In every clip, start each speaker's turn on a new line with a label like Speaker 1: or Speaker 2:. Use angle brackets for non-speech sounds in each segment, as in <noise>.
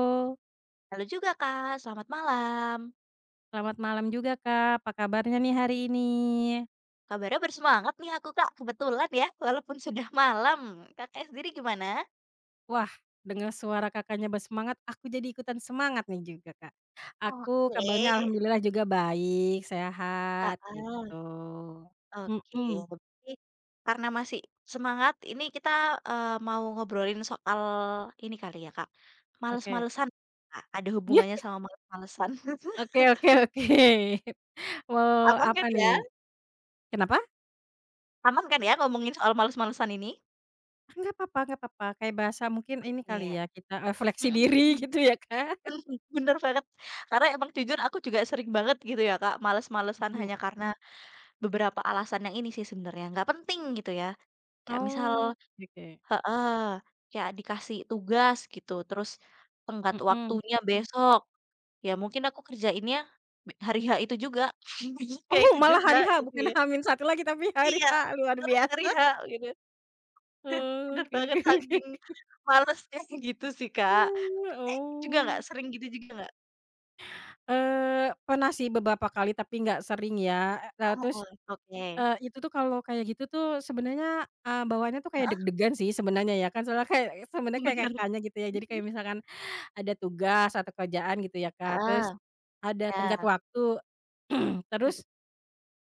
Speaker 1: Halo,
Speaker 2: Halo juga Kak, selamat malam.
Speaker 1: selamat malam juga Kak, apa kabarnya nih hari ini?
Speaker 2: Kabarnya bersemangat nih aku Kak, kebetulan ya, walaupun sudah <laughs> malam. Kakak sendiri gimana?
Speaker 1: Wah, dengar suara Kakaknya bersemangat, aku jadi ikutan semangat nih juga Kak. Aku
Speaker 2: Oke,
Speaker 1: kabarnya alhamdulillah juga baik, sehat, gitu.
Speaker 2: heeh, oke.
Speaker 1: Mhm,
Speaker 2: Berarti karena masih semangat, ini kita, mau ngobrolin soal ini kali ya Kak,
Speaker 1: oke.
Speaker 2: males-malesan, Kak, ada
Speaker 1: Yah,
Speaker 2: hubungannya sama males-malesan. <laughs>
Speaker 1: oke oke oke. Mau
Speaker 2: Aman
Speaker 1: apa
Speaker 2: kan ya?
Speaker 1: nih? Kenapa?
Speaker 2: Aman kan ya ngomongin soal males-malesan ini?
Speaker 1: Enggak apa-apa, kayak bahasa mungkin ini
Speaker 2: Iya.
Speaker 1: kali ya, kita refleksi
Speaker 2: Mhm mhm.
Speaker 1: diri <laughs> gitu ya Kak.
Speaker 2: Bener bener banget. Karena emang jujur aku juga sering banget gitu ya, Kak, males-malesan
Speaker 1: Mhm,
Speaker 2: hanya karena beberapa alasan yang ini sih sebenarnya, nggak penting gitu ya. Kayak misal
Speaker 1: oh, oke.
Speaker 2: heeh, kayak dikasih tugas gitu, terus tenggat
Speaker 1: Mhm.
Speaker 2: waktunya besok, ya mungkin aku kerjainnya hari H itu juga, <laughs> kayak
Speaker 1: Oh,
Speaker 2: itu
Speaker 1: malah
Speaker 2: juga
Speaker 1: hari H
Speaker 2: gitu
Speaker 1: bukan
Speaker 2: ya.
Speaker 1: h satu lagi tapi hari
Speaker 2: Iya,
Speaker 1: H, luar
Speaker 2: bener hari
Speaker 1: biasa.
Speaker 2: H gitu. <laughs> Bener
Speaker 1: Oke
Speaker 2: banget
Speaker 1: oke <laughs>
Speaker 2: saking
Speaker 1: oke.
Speaker 2: malesnya <laughs> gitu sih, Kak. Kayak juga nggak,
Speaker 1: Oh.
Speaker 2: sering gitu juga nggak?
Speaker 1: Pernah sih beberapa kali tapi nggak sering ya,
Speaker 2: Heeh,
Speaker 1: terus,
Speaker 2: oke.
Speaker 1: itu tuh kalau kayak gitu tuh sebenarnya, bawaannya tuh kayak
Speaker 2: Heeh,
Speaker 1: deg-degan sih sebenarnya ya kan, soalnya kayak sebenarnya kayak
Speaker 2: bener.
Speaker 1: Kakaknya gitu ya, jadi
Speaker 2: Mhm,
Speaker 1: kayak misalkan ada tugas atau kerjaan gitu ya, Kak, terus
Speaker 2: heeh,
Speaker 1: ada tenggat
Speaker 2: iya,
Speaker 1: waktu, <clears throat>
Speaker 2: mhm,
Speaker 1: terus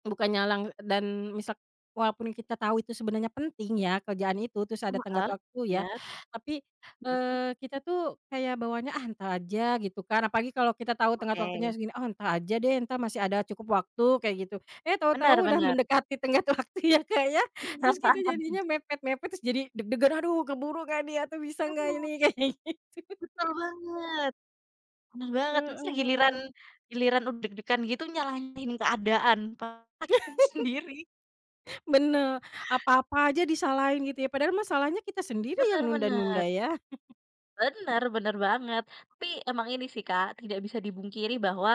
Speaker 1: Bukannya lang dan misal walaupun kita tahu itu sebenarnya penting ya kerjaan itu, terus ada tenggat
Speaker 2: heeh,
Speaker 1: waktu ya,
Speaker 2: bener,
Speaker 1: tapi,
Speaker 2: mhm,
Speaker 1: kita tuh kayak bawaannya, "Ah, entar aja," gitu kan. Apalagi kalau kita tahu tenggat
Speaker 2: oke,
Speaker 1: waktunya segini, "Oh, entar aja deh, entar masih ada cukup waktu," kayak gitu. Eh,
Speaker 2: bener
Speaker 1: tahu-tahu udah
Speaker 2: bener.
Speaker 1: mendekati tenggat <laughs> waktu ya, Kak, ya,
Speaker 2: Bener,
Speaker 1: terus kita jadinya mepet-mepet, terus jadi deg-degan, "Aduh, keburu nggak nih atau bisa nggak ini?"
Speaker 2: <laughs>
Speaker 1: <laughs> Kayak gitu.
Speaker 2: betul banget bener banget,
Speaker 1: Heeh
Speaker 2: entar giliran
Speaker 1: heeh.
Speaker 2: giliran udah deg-degan gitu nyalahin keadaan, padahal <laughs> kita sendiri
Speaker 1: Bener, apa-apa aja disalahin gitu ya, padahal mah salahnya kita sendiri yang
Speaker 2: bener
Speaker 1: nunda-nunda
Speaker 2: bener.
Speaker 1: ya.
Speaker 2: Bener bener banget. Tapi emang ini sih, Kak, tidak bisa dibungkiri bahwa,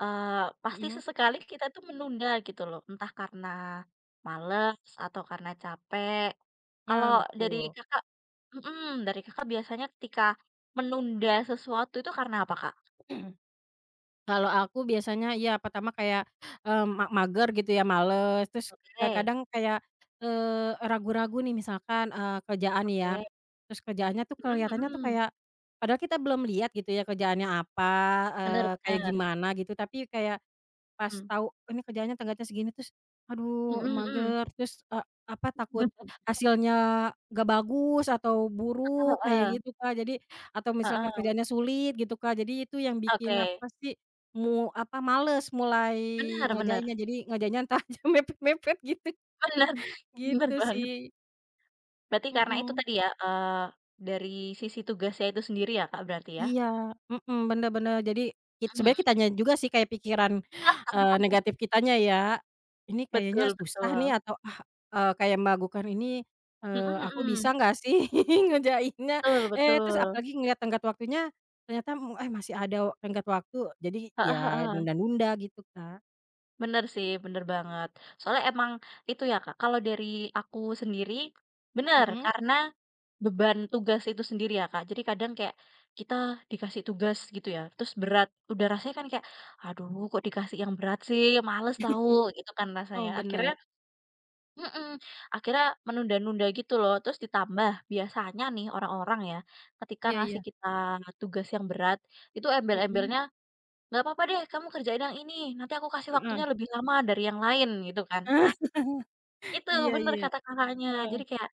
Speaker 2: eee, pasti
Speaker 1: Mhm.
Speaker 2: sesekali kita tuh menunda gitu loh, entah karena males atau karena capek. Kalau
Speaker 1: Nah,
Speaker 2: dari
Speaker 1: betul.
Speaker 2: Kakak mhm, dari Kakak biasanya ketika menunda sesuatu itu karena apa, Kak?
Speaker 1: <clears throat> Kalau aku biasanya ya pertama kayak, eee, ma mager gitu ya, males, terus,
Speaker 2: Oke
Speaker 1: kadang kayak, ragu-ragu nih misalkan, kerjaan nih ya,
Speaker 2: oke.
Speaker 1: terus kerjaannya tuh
Speaker 2: Mhm
Speaker 1: kelihatannya tuh
Speaker 2: mhm.
Speaker 1: kayak padahal kita belum lihat gitu ya kerjaannya apa,
Speaker 2: Bener
Speaker 1: kayak
Speaker 2: bener.
Speaker 1: gimana gitu, tapi kayak pas
Speaker 2: Mmm.
Speaker 1: tahu ini kerjaannya tenggatnya segini terus, aduh
Speaker 2: Mhm mhm.
Speaker 1: mager terus, apa, takut
Speaker 2: Heeh
Speaker 1: hasilnya nggak bagus atau buruk
Speaker 2: <laughs>
Speaker 1: kayak
Speaker 2: heeh.
Speaker 1: gitu, Kak. Jadi atau misalkan
Speaker 2: Heeh.
Speaker 1: kerjaannya sulit gitu, Kak. Jadi itu yang bikin apa
Speaker 2: Oke.
Speaker 1: sih, apa, males mulai
Speaker 2: Benar benar
Speaker 1: ngerjainnya. Jadi ngerjainnya entar aja <laughs> mepet-mepet gitu,
Speaker 2: benar <laughs> benar
Speaker 1: gitu
Speaker 2: banget.
Speaker 1: sih.
Speaker 2: Berarti karena itu
Speaker 1: Mhm.
Speaker 2: tadi ya, dari sisi tugasnya itu sendiri ya, Kak, berarti ya?
Speaker 1: Iya, mhm, bener bener. Jadi
Speaker 2: Mhm.
Speaker 1: sebenarnya kitanya juga sih kayak pikiran, negatif
Speaker 2: <laughs>
Speaker 1: kitanya ya, "Ini kayaknya
Speaker 2: Betul
Speaker 1: susah nih,"
Speaker 2: betul.
Speaker 1: atau, "Ah," kayak meragukan, "Ini,
Speaker 2: Mhm
Speaker 1: aku bisa
Speaker 2: mhm.
Speaker 1: nggak sih <laughs> ngerjainnya?"
Speaker 2: Betul
Speaker 1: Eh,
Speaker 2: betul.
Speaker 1: terus apalagi ngelihat tenggat waktunya, ternyata, masih ada tenggat waktu, jadi
Speaker 2: Heeh
Speaker 1: ya
Speaker 2: heeh.
Speaker 1: nunda-nunda gitu, Kak.
Speaker 2: Bener sih, bener banget. Soalnya emang itu ya, Kak, kalau dari aku sendiri, bener,
Speaker 1: Mhm.
Speaker 2: karena beban tugas itu sendiri ya, Kak. Jadi kadang kayak kita dikasih tugas gitu ya, terus berat, udah rasanya kan kayak, "Aduh kok dikasih yang berat sih, males tahu," gitu kan
Speaker 1: Oh,
Speaker 2: rasanya.
Speaker 1: bener.
Speaker 2: Akhirnya mhm, akhirnya menunda-nunda gitu loh. Terus ditambah biasanya nih orang-orang ya, ketika
Speaker 1: Iya
Speaker 2: ngasih
Speaker 1: iya.
Speaker 2: kita tugas yang berat, itu
Speaker 1: Mhm,
Speaker 2: embel-embelnya, "Nggak apa-apa deh kamu kerjain yang ini, nanti aku kasih waktunya
Speaker 1: heeh.
Speaker 2: lebih lama dari yang lain," gitu kan. Nah
Speaker 1: <laughs>
Speaker 2: itu,
Speaker 1: Iya
Speaker 2: bener
Speaker 1: iya,
Speaker 2: kata Kakaknya.
Speaker 1: heeh.
Speaker 2: Jadi kayak,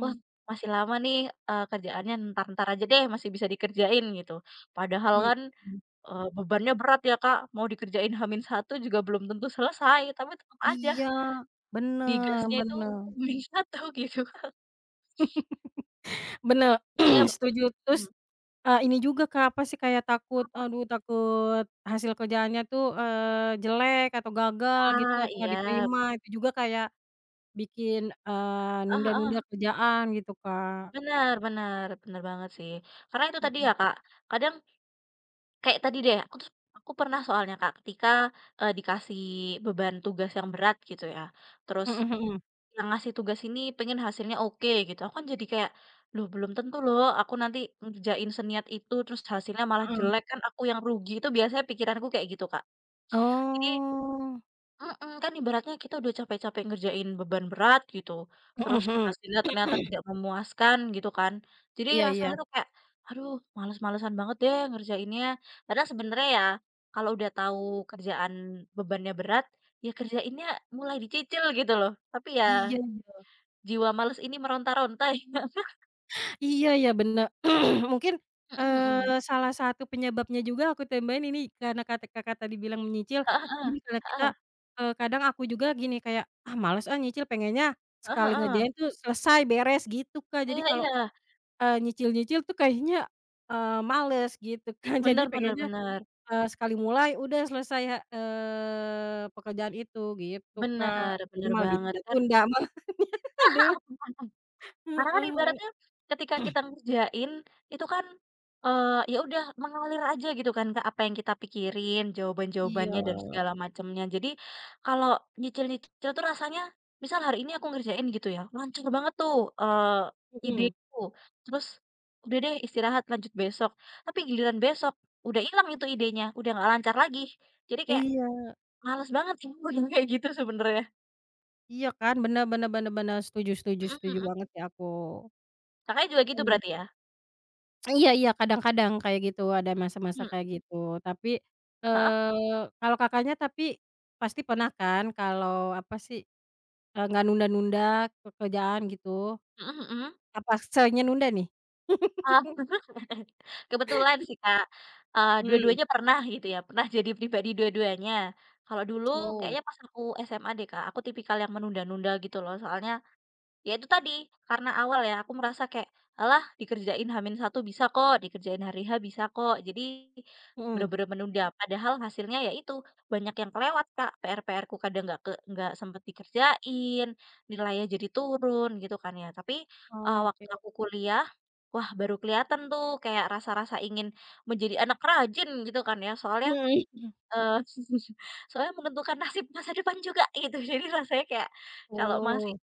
Speaker 2: wah masih lama nih, kerjaannya ntar-ntar aja deh, masih bisa dikerjain gitu. Padahal kan,
Speaker 1: mhm.
Speaker 2: bebannya berat ya Kak, mau dikerjain Hamin satu juga belum tentu selesai, tapi tetap aja
Speaker 1: Iya, bener
Speaker 2: digasnya itu
Speaker 1: bener.
Speaker 2: <laughs> h satu gitu.
Speaker 1: Bener, <clears throat> setuju.
Speaker 2: Mmm,
Speaker 1: Terus, ini juga Kak, apa sih, kayak takut, aduh takut hasil kerjaannya tuh, jelek atau gagal gitu
Speaker 2: ah,
Speaker 1: atau nggak
Speaker 2: iya,
Speaker 1: diterima, itu juga kayak bikin,
Speaker 2: heeh heeh,
Speaker 1: nunda-nunda kerjaan gitu Kak.
Speaker 2: bener bener, bener banget sih. Karena itu tadi ya,
Speaker 1: Mhm.
Speaker 2: Kak, kadang kayak tadi deh, aku pernah soalnya, Kak, ketika, dikasih beban tugas yang berat gitu ya, terus
Speaker 1: Mhm mhm,
Speaker 2: yang ngasih tugas ini pengen hasilnya oke gitu, aku kan jadi kayak, "Loh, belum tentu loh aku nanti ngerjain seniat itu, terus hasilnya malah
Speaker 1: mhm.
Speaker 2: jelek, kan aku yang rugi." Itu biasanya pikiranku kayak gitu, Kak. Jadi
Speaker 1: Oh.
Speaker 2: mhm, kan ibaratnya kita udah capek-capek ngerjain beban berat gitu,
Speaker 1: Mhm
Speaker 2: terus
Speaker 1: mhm.
Speaker 2: hasilnya ternyata
Speaker 1: <clears throat>
Speaker 2: tidak memuaskan gitu kan. Jadi
Speaker 1: Iya
Speaker 2: rasanya
Speaker 1: iya.
Speaker 2: tuh kayak, "Aduh males-malesan banget deh ngerjainnya." Padahal sebenarnya ya, kalau udah tahu kerjaan bebannya berat, ya kerjainnya mulai dicicil gitu loh. Tapi ya
Speaker 1: Iya.
Speaker 2: jiwa males ini meronta-ronta <laughs> ya.
Speaker 1: Iya ya bener. <clears throat> Mungkin,
Speaker 2: Mhm mhm.
Speaker 1: salah satu penyebabnya juga aku tambahin ini karena kata Kakak tadi bilang menyicil,
Speaker 2: Heeh heeh.
Speaker 1: gini kalau kita,
Speaker 2: Heeh.
Speaker 1: kadang aku juga gini kayak, "Ah males ah nyicil," pengennya
Speaker 2: Heeh
Speaker 1: sekali
Speaker 2: heeh.
Speaker 1: ngerjain tuh selesai beres gitu, Kak. Jadi
Speaker 2: Iya
Speaker 1: kalau,
Speaker 2: iya.
Speaker 1: nyicil-nyicil tuh kayaknya, males gitu kan. <laughs> Jadi
Speaker 2: Bener bener
Speaker 1: pengennya,
Speaker 2: bener.
Speaker 1: sekali mulai udah selesai, pekerjaan itu gitu, Kak.
Speaker 2: Bener
Speaker 1: Jadi
Speaker 2: bener
Speaker 1: malah
Speaker 2: banget.
Speaker 1: ditunda-tunda malahan. <laughs> Aduh,
Speaker 2: Karena
Speaker 1: heeh
Speaker 2: Karena kan
Speaker 1: heeh.
Speaker 2: ibaratnya ketika kita ngerjain, itu kan, ya udah mengalir aja gitu kan Kak, apa yang kita pikirin,
Speaker 1: Iya,
Speaker 2: jawaban-jawabannya dan segala macamnya. Jadi kalau nyicil-nyicil tuh rasanya, misal hari ini aku ngerjain gitu ya, lancar banget tuh,
Speaker 1: mhm,
Speaker 2: ideku, terus udah deh istirahat lanjut besok. Tapi giliran besok, udah hilang itu idenya, udah nggak lancar lagi. Jadi kayak
Speaker 1: iya.
Speaker 2: males banget sih, <laughs> aku yang kayak gitu sebenarnya.
Speaker 1: Iya kan, bener bener bener bener, setuju setuju
Speaker 2: Mhm
Speaker 1: setuju
Speaker 2: mhm.
Speaker 1: banget sih aku.
Speaker 2: Kakaknya juga gitu
Speaker 1: Mhm.
Speaker 2: berarti ya?
Speaker 1: Iya iya, kadang-kadang kayak gitu, ada masa-masa
Speaker 2: Mhm.
Speaker 1: kayak gitu. Tapi,
Speaker 2: Heeh,
Speaker 1: kalau Kakaknya tapi pasti pernah kan kalau apa sih, nggak nunda-nunda pekerjaan gitu?
Speaker 2: mhm mhm.
Speaker 1: Apa seringnya nunda nih?
Speaker 2: Ah, <laughs> kebetulan sih, Kak,
Speaker 1: Mmm,
Speaker 2: dua-duanya pernah gitu ya, pernah jadi pribadi dua-duanya. Kalau dulu
Speaker 1: oh,
Speaker 2: kayaknya pas aku SMA deh, Kak, aku tipikal yang menunda-nunda gitu loh, soalnya ya itu tadi, karena awal ya aku merasa kayak, "Alah dikerjain hamin satu bisa kok, dikerjain hari H bisa kok." Jadi
Speaker 1: mhm,
Speaker 2: bener-bener menunda, padahal hasilnya ya itu, banyak yang kelewat, Kak. PR-PR-ku kadang nggak sempet dikerjain, nilainya jadi turun gitu kan ya. Tapi,
Speaker 1: oke,
Speaker 2: waktu aku kuliah, wah baru kelihatan tuh kayak rasa-rasa ingin menjadi anak rajin gitu kan ya, soalnya,
Speaker 1: mhm mhm,
Speaker 2: eee, <laughs> soalnya menentukan nasib masa depan juga gitu. <laughs> Jadi rasanya kayak kalau masih
Speaker 1: oh,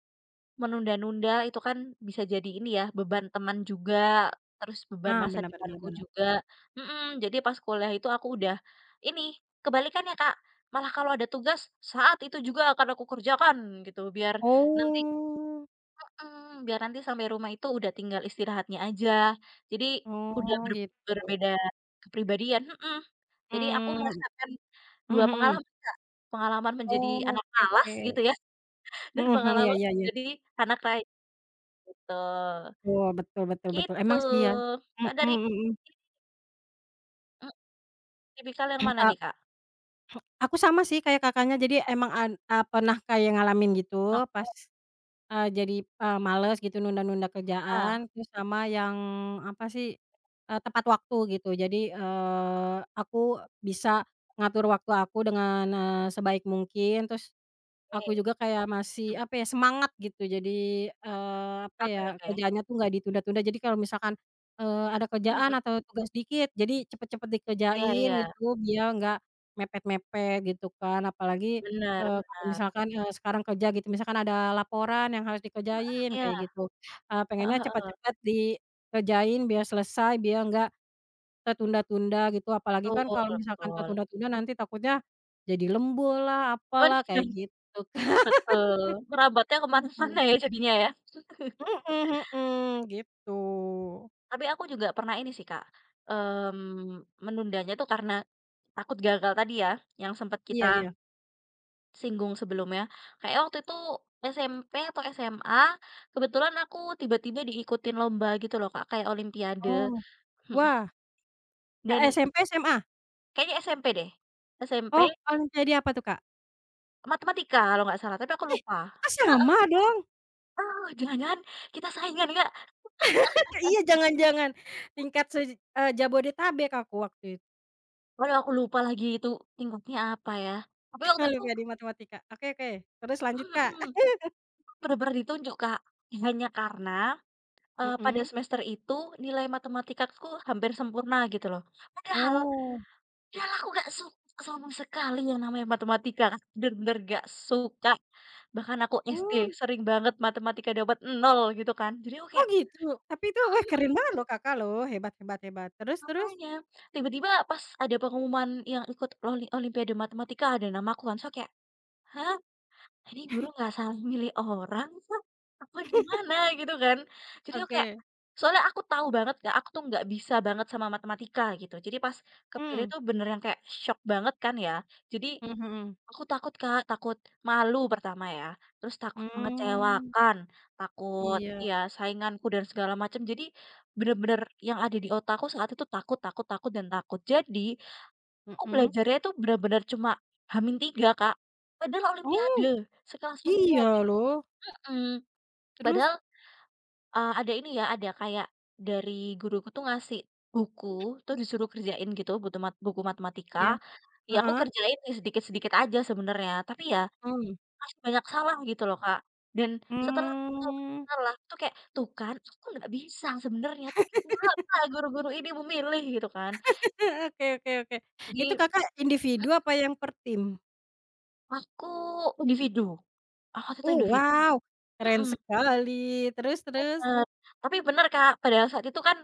Speaker 2: menunda-nunda itu kan bisa jadi ini ya, beban teman juga, terus beban
Speaker 1: ah,
Speaker 2: masa
Speaker 1: bener bener bener
Speaker 2: depanku
Speaker 1: bener.
Speaker 2: juga mhm, jadi pas kuliah itu aku udah ini, kebalikannya, Kak, malah kalau ada tugas saat itu juga akan aku kerjakan gitu, biar nanti
Speaker 1: Oh,
Speaker 2: mhm, biar nanti sampai rumah itu udah tinggal istirahatnya aja. Jadi udah
Speaker 1: oh gitu,
Speaker 2: berbeda kepribadian mhm, jadi aku
Speaker 1: mmm,
Speaker 2: merasakan
Speaker 1: mhm
Speaker 2: 2
Speaker 1: mhm,
Speaker 2: pengalaman, Kak, pengalaman menjadi anak
Speaker 1: oke
Speaker 2: malas
Speaker 1: oke.
Speaker 2: gitu ya, <laughs> dan
Speaker 1: Mhm mhm, iya
Speaker 2: pengalaman
Speaker 1: iya iya.
Speaker 2: jadi anak rajin. Betul,
Speaker 1: Betul betul betul betul,
Speaker 2: gitu.
Speaker 1: emang sih ya. Mhm
Speaker 2: Kak dari
Speaker 1: mhm.
Speaker 2: mmm, tipikal yang mana
Speaker 1: Ka
Speaker 2: nih, Kak?
Speaker 1: aku sama sih kayak Kakaknya, jadi emang pernah kayak ngalamin gitu
Speaker 2: Oh,
Speaker 1: pas, jadi, males gitu nunda-nunda
Speaker 2: heeh,
Speaker 1: kerjaan, terus sama yang apa sih, tepat waktu gitu. Jadi, aku bisa ngatur waktu aku dengan, sebaik mungkin, terus aku
Speaker 2: oke.
Speaker 1: juga kayak masih,
Speaker 2: Mhm,
Speaker 1: apa ya, semangat gitu. Jadi, apa
Speaker 2: oke
Speaker 1: ya,
Speaker 2: oke.
Speaker 1: kerjaannya tuh nggak ditunda-tunda. Jadi kalau misalkan, ada kerjaan
Speaker 2: Mhm,
Speaker 1: atau tugas dikit, jadi cepet-cepet
Speaker 2: iya
Speaker 1: dikerjain
Speaker 2: iya,
Speaker 1: gitu, biar nggak mepet-mepet gitu kan. Apalagi,
Speaker 2: benar
Speaker 1: kalau
Speaker 2: benar.
Speaker 1: misalkan, sekarang kerja gitu, misalkan ada laporan yang harus
Speaker 2: Mhm,
Speaker 1: dikerjain
Speaker 2: iya,
Speaker 1: kayak gitu,
Speaker 2: heeh
Speaker 1: pengennya
Speaker 2: heeh,
Speaker 1: cepet-cepet dikerjain biar selesai, biar nggak tertunda-tunda gitu. Apalagi
Speaker 2: betul
Speaker 1: kan kalau misalkan
Speaker 2: betul.
Speaker 1: tertunda-tunda nanti takutnya jadi lembur lah,
Speaker 2: Bener,
Speaker 1: apalah, kayak
Speaker 2: <laughs>
Speaker 1: gitu.
Speaker 2: betul. Merabatnya ke
Speaker 1: Mhm.
Speaker 2: mana-mana ya jadinya ya. <laughs>
Speaker 1: Mhm mhm, gitu.
Speaker 2: Tapi aku juga pernah ini sih, Kak, mmm, menundanya tuh karena takut gagal tadi ya, yang sempet kita
Speaker 1: Iya iya.
Speaker 2: singgung sebelumnya, kayak waktu itu SMP atau SMA, kebetulan aku tiba-tiba diikutin lomba gitu loh Kak, kayak olimpiade,
Speaker 1: Oh,
Speaker 2: mhm,
Speaker 1: wah,
Speaker 2: dan
Speaker 1: SMP, SMA?
Speaker 2: kayaknya SMP deh, SMP
Speaker 1: Oh, olimpiade apa tuh, Kak?
Speaker 2: matematika kalau nggak salah, tapi aku
Speaker 1: Ih,
Speaker 2: lupa.
Speaker 1: kok sama dong?
Speaker 2: Heeh, jangan-jangan kita saingan nggak
Speaker 1: <laughs> Iya,
Speaker 2: eh,
Speaker 1: jangan-jangan tingkat Jabodetabek aku waktu itu,
Speaker 2: waduh aku lupa lagi itu tingkatnya apa ya, tapi waktu
Speaker 1: <laughs>
Speaker 2: itu
Speaker 1: olimpiade matematika. Oke oke, terus
Speaker 2: mhm
Speaker 1: lanjut, Kak.
Speaker 2: mhm, bener-bener ditunjuk Kak, hanya karena, pada
Speaker 1: Mhm.
Speaker 2: semester itu nilai matematikaku hampir sempurna gitu loh. Padahal
Speaker 1: Oh,
Speaker 2: iyalah aku gak suka sama sekali yang namanya matematika, Kak, bener-bener gak suka. Bahkan aku SD
Speaker 1: oh
Speaker 2: sering banget matematika dapat nol gitu kan. Jadi aku
Speaker 1: oh
Speaker 2: kayak
Speaker 1: gitu? Tapi itu wah
Speaker 2: mhm mhm,
Speaker 1: keren banget loh Kakak loh, hebat hebat hebat. Terus terus?
Speaker 2: makanya tiba-tiba pas ada pengumuman yang ikut olimpiade matematika ada nama aku kan, so kayak, "Hah? Ini guru nggak salah milih orang kah? Apa gimana?" Gitu kan. Jadi aku kayak
Speaker 1: Oke,
Speaker 2: soalnya aku tahu banget gak aku tuh nggak bisa banget sama matematika gitu. Jadi pas kepilih
Speaker 1: mmm.
Speaker 2: tuh bener yang kayak shock banget kan ya. Jadi
Speaker 1: Mhm mhm.
Speaker 2: aku takut, Kak, takut malu pertama ya, terus takut
Speaker 1: Mmm,
Speaker 2: mengecewakan, takut ini
Speaker 1: iya.
Speaker 2: ya, sainganku dan segala macam. Jadi bener-bener yang ada di otakku saat itu takut takut takut dan takut. Jadi aku
Speaker 1: Mhm.
Speaker 2: belajarnya itu bener-bener cuma hamin tiga Kak, padahal
Speaker 1: Oh.
Speaker 2: olimpiade, sekelas olimpiade
Speaker 1: Iya loh,
Speaker 2: mhm,
Speaker 1: terus?
Speaker 2: padahal, ada ini ya, ada kayak dari guruku tuh ngasih buku, tuh disuruh kerjain gitu butu mat buku matematika,
Speaker 1: Iya.
Speaker 2: ya aku
Speaker 1: Heeh,
Speaker 2: kerjain sedikit-sedikit aja sebenarnya, tapi ya
Speaker 1: mmm.
Speaker 2: masih banyak salah gitu loh, Kak. Dan setelah aku tahu
Speaker 1: Mmm.
Speaker 2: salah, itu kayak, "Tuh kan, aku nggak bisa sebenarnya, tapi kenapa guru-guru ini memilih?" Gitu kan.
Speaker 1: <laughs> Oke oke oke. Itu
Speaker 2: Jadi
Speaker 1: Kakak individu apa yang per tim?
Speaker 2: aku individu, aku waktu itu
Speaker 1: Oh
Speaker 2: individu
Speaker 1: wow, keren
Speaker 2: mhm,
Speaker 1: sekali, terus terus?
Speaker 2: bener. Tapi bener, Kak, pada saat itu kan,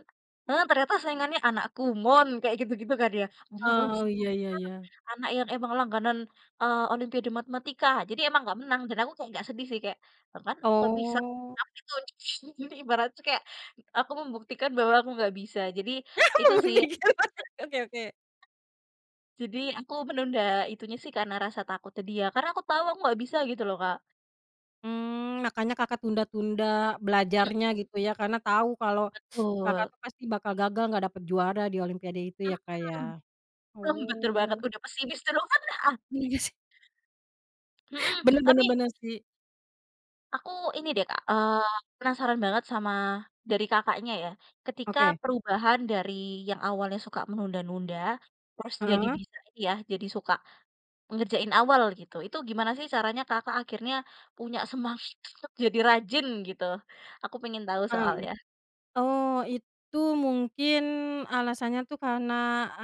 Speaker 2: ternyata saingannya anak Kumon, kayak gitu-gitu kan ya, anak
Speaker 1: Oh,
Speaker 2: Lestar.
Speaker 1: iya iya iya.
Speaker 2: Anak yang emang langganan, olimpiade matematika, jadi emang nggak menang dan aku kayak nggak sedih sih kayak, "Lah kan aku nggak bisa,
Speaker 1: Oh.
Speaker 2: kenapa itu?" <laughs> Jadi ibaratnya kayak aku membuktikan bahwa aku nggak bisa. Jadi
Speaker 1: <laughs>
Speaker 2: itu sih,
Speaker 1: Membuktikan lagi, oke oke.
Speaker 2: jadi aku menunda itunya sih karena rasa takut tadi ya, karena aku tahu aku nggak bisa gitu loh, Kak.
Speaker 1: Mmm, makanya Kakak tunda-tunda
Speaker 2: Iya
Speaker 1: belajarnya gitu ya, karena tahu kalau Kakak
Speaker 2: betul.
Speaker 1: tuh pasti bakal gagal nggak dapet juara di olimpiade itu ya, Kak, ya?
Speaker 2: Mhm, mmm, <laughs> betul
Speaker 1: Oh,
Speaker 2: banget, udah pesimis duluan, heeh,
Speaker 1: iya sih,
Speaker 2: mhm,
Speaker 1: bener
Speaker 2: <laughs>
Speaker 1: bener
Speaker 2: tapi
Speaker 1: bener sih.
Speaker 2: aku ini deh Kak, penasaran banget sama dari Kakaknya ya, ketika
Speaker 1: Oke,
Speaker 2: perubahan dari yang awalnya suka menunda-nunda, terus jadi
Speaker 1: heeh?
Speaker 2: bisa ini ya, jadi suka ngerjain awal gitu. Itu gimana sih caranya Kakak akhirnya punya semangat <laughs> untuk jadi rajin gitu? Aku pengen tahu
Speaker 1: Heeh.
Speaker 2: soalnya.
Speaker 1: Oh, itu mungkin alasannya tuh karena,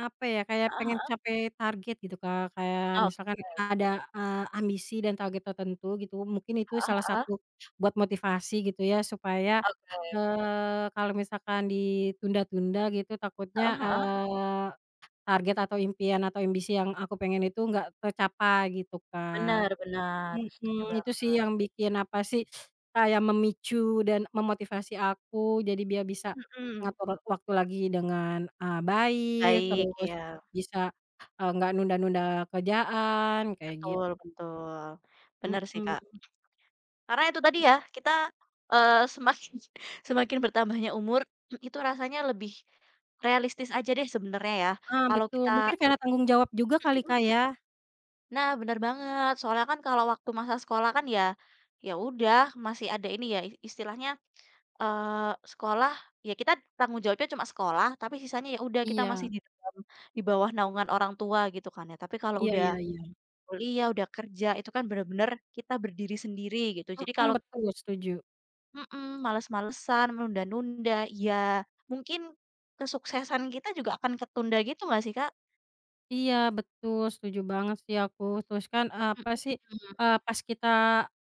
Speaker 1: apa ya, kayak
Speaker 2: Heeh
Speaker 1: pengen
Speaker 2: heeh.
Speaker 1: capai target gitu, Kak. Kayak misalkan
Speaker 2: Oke.
Speaker 1: ada, ambisi dan target tertentu gitu, mungkin itu
Speaker 2: Heeh
Speaker 1: salah
Speaker 2: heeh.
Speaker 1: satu buat motivasi gitu ya, supaya,
Speaker 2: Oke.
Speaker 1: kalau misalkan ditunda-tunda gitu
Speaker 2: Heeh
Speaker 1: takutnya,
Speaker 2: heeh.
Speaker 1: target atau impian atau ambisi yang aku pengen itu nggak tercapai gitu, Kak.
Speaker 2: Bener bener, setuju
Speaker 1: Mhm, itu
Speaker 2: banget.
Speaker 1: sih yang bikin apa sih, kayak memicu dan memotivasi aku jadi biar bisa
Speaker 2: Mmm,
Speaker 1: ngatur waktu lagi dengan, baik,
Speaker 2: baik,
Speaker 1: terus
Speaker 2: iya.
Speaker 1: bisa, nggak nunda-nunda kerjaan kayak
Speaker 2: Betul betul. Bener sih
Speaker 1: mhm,
Speaker 2: Kak. Karena itu tadi ya, kita, semakin <laughs> semakin bertambahnya umur, <clears throat> itu rasanya lebih realistis aja deh sebenarnya ya.
Speaker 1: ah,
Speaker 2: Kalau
Speaker 1: betul mungkin
Speaker 2: kita
Speaker 1: karena tanggung jawab juga kali,
Speaker 2: <clears throat>
Speaker 1: Kak, ya?
Speaker 2: nah bener banget, soalnya kan kalau waktu masa sekolah kan ya, ya udah masih ada ini ya, istilahnya, sekolah ya kita tanggung jawabnya cuma sekolah, tapi sisanya ya udah kita masih
Speaker 1: Iya
Speaker 2: di dalam di bawah naungan orang tua gitu kan ya. Tapi kalau
Speaker 1: iya
Speaker 2: udah
Speaker 1: iya iya,
Speaker 2: kuliah, udah kerja, itu kan bener-bener kita berdiri sendiri gitu. Jadi
Speaker 1: mhm,
Speaker 2: kalau
Speaker 1: betul setuju.
Speaker 2: mhm, males-malesan, menunda-nunda, ya mungkin kesuksesan kita juga akan ketunda gitu nggak sih, Kak?
Speaker 1: Iya betul, setuju banget sih aku. Terus kan,
Speaker 2: Mhm
Speaker 1: apa sih,
Speaker 2: mhm.
Speaker 1: pas kita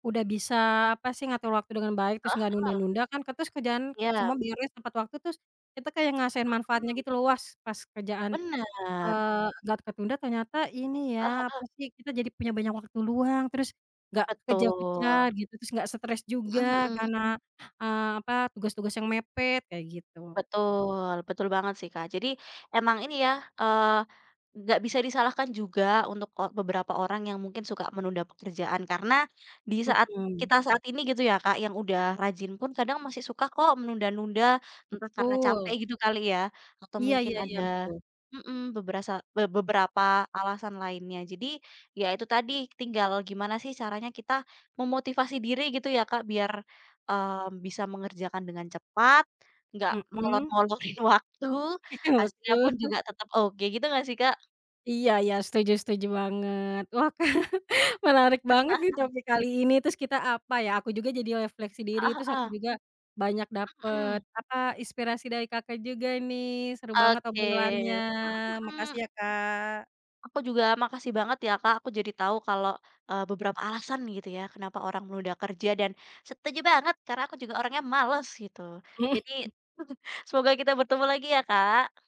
Speaker 1: udah bisa, apa sih, ngatur waktu dengan baik, terus
Speaker 2: Heeh
Speaker 1: nggak
Speaker 2: heeh,
Speaker 1: nunda-nunda kan terus kerjaan
Speaker 2: iya,
Speaker 1: semua beres tepat waktu, terus kita kayak ngerasain manfaatnya
Speaker 2: mhm,
Speaker 1: gitu loh, wah pas kerjaan,
Speaker 2: bener,
Speaker 1: nggak ketunda ternyata ini
Speaker 2: heeh
Speaker 1: ya, apa
Speaker 2: heeh,
Speaker 1: sih, kita jadi punya banyak waktu luang, terus nggak
Speaker 2: betul,
Speaker 1: kejar-kejar gitu, terus nggak stres
Speaker 2: mhm
Speaker 1: juga
Speaker 2: mhm.
Speaker 1: karena, apa, tugas-tugas yang mepet kayak gitu.
Speaker 2: Betul, betul banget sih, Kak. Jadi emang ini ya, eee, nggak bisa disalahkan juga untuk beberapa orang yang mungkin suka menunda pekerjaan karena di saat
Speaker 1: Mhm,
Speaker 2: kita saat ini gitu ya, Kak, yang udah rajin pun kadang masih suka kok menunda-nunda, entah karena capek
Speaker 1: betul.
Speaker 2: gitu kali ya, atau
Speaker 1: Iya
Speaker 2: mungkin
Speaker 1: iya iya,
Speaker 2: ada
Speaker 1: betul.
Speaker 2: beberapa beberapa alasan lainnya. Jadi ya itu tadi, tinggal gimana sih caranya kita memotivasi diri gitu ya, Kak, biar, bisa mengerjakan dengan cepat, nggak
Speaker 1: Mhm.
Speaker 2: molor-molorin <laughs> waktu,
Speaker 1: <laughs>
Speaker 2: hasilnya
Speaker 1: Betul.
Speaker 2: pun juga tetap oke gitu nggak sih, Kak?
Speaker 1: Iya iya, setuju setuju banget. Wah, <laughs> menarik banget nih topik kali ini, terus kita apa ya, aku juga jadi refleksi diri,
Speaker 2: Heeh
Speaker 1: terus aku
Speaker 2: heeh.
Speaker 1: juga banyak dapet,
Speaker 2: Mhm.
Speaker 1: apa, inspirasi dari Kakak juga nih. Seru banget
Speaker 2: Oke.
Speaker 1: obrolannya.
Speaker 2: Mhm
Speaker 1: Makasih
Speaker 2: mhm.
Speaker 1: ya, Kak.
Speaker 2: Aku juga makasih banget ya, Kak, aku jadi tahu kalau, beberapa alasan gitu ya kenapa orang menunda kerja dan setuju banget karena aku juga orangnya males gitu. Jadi <laughs> semoga kita bertemu lagi ya, Kak.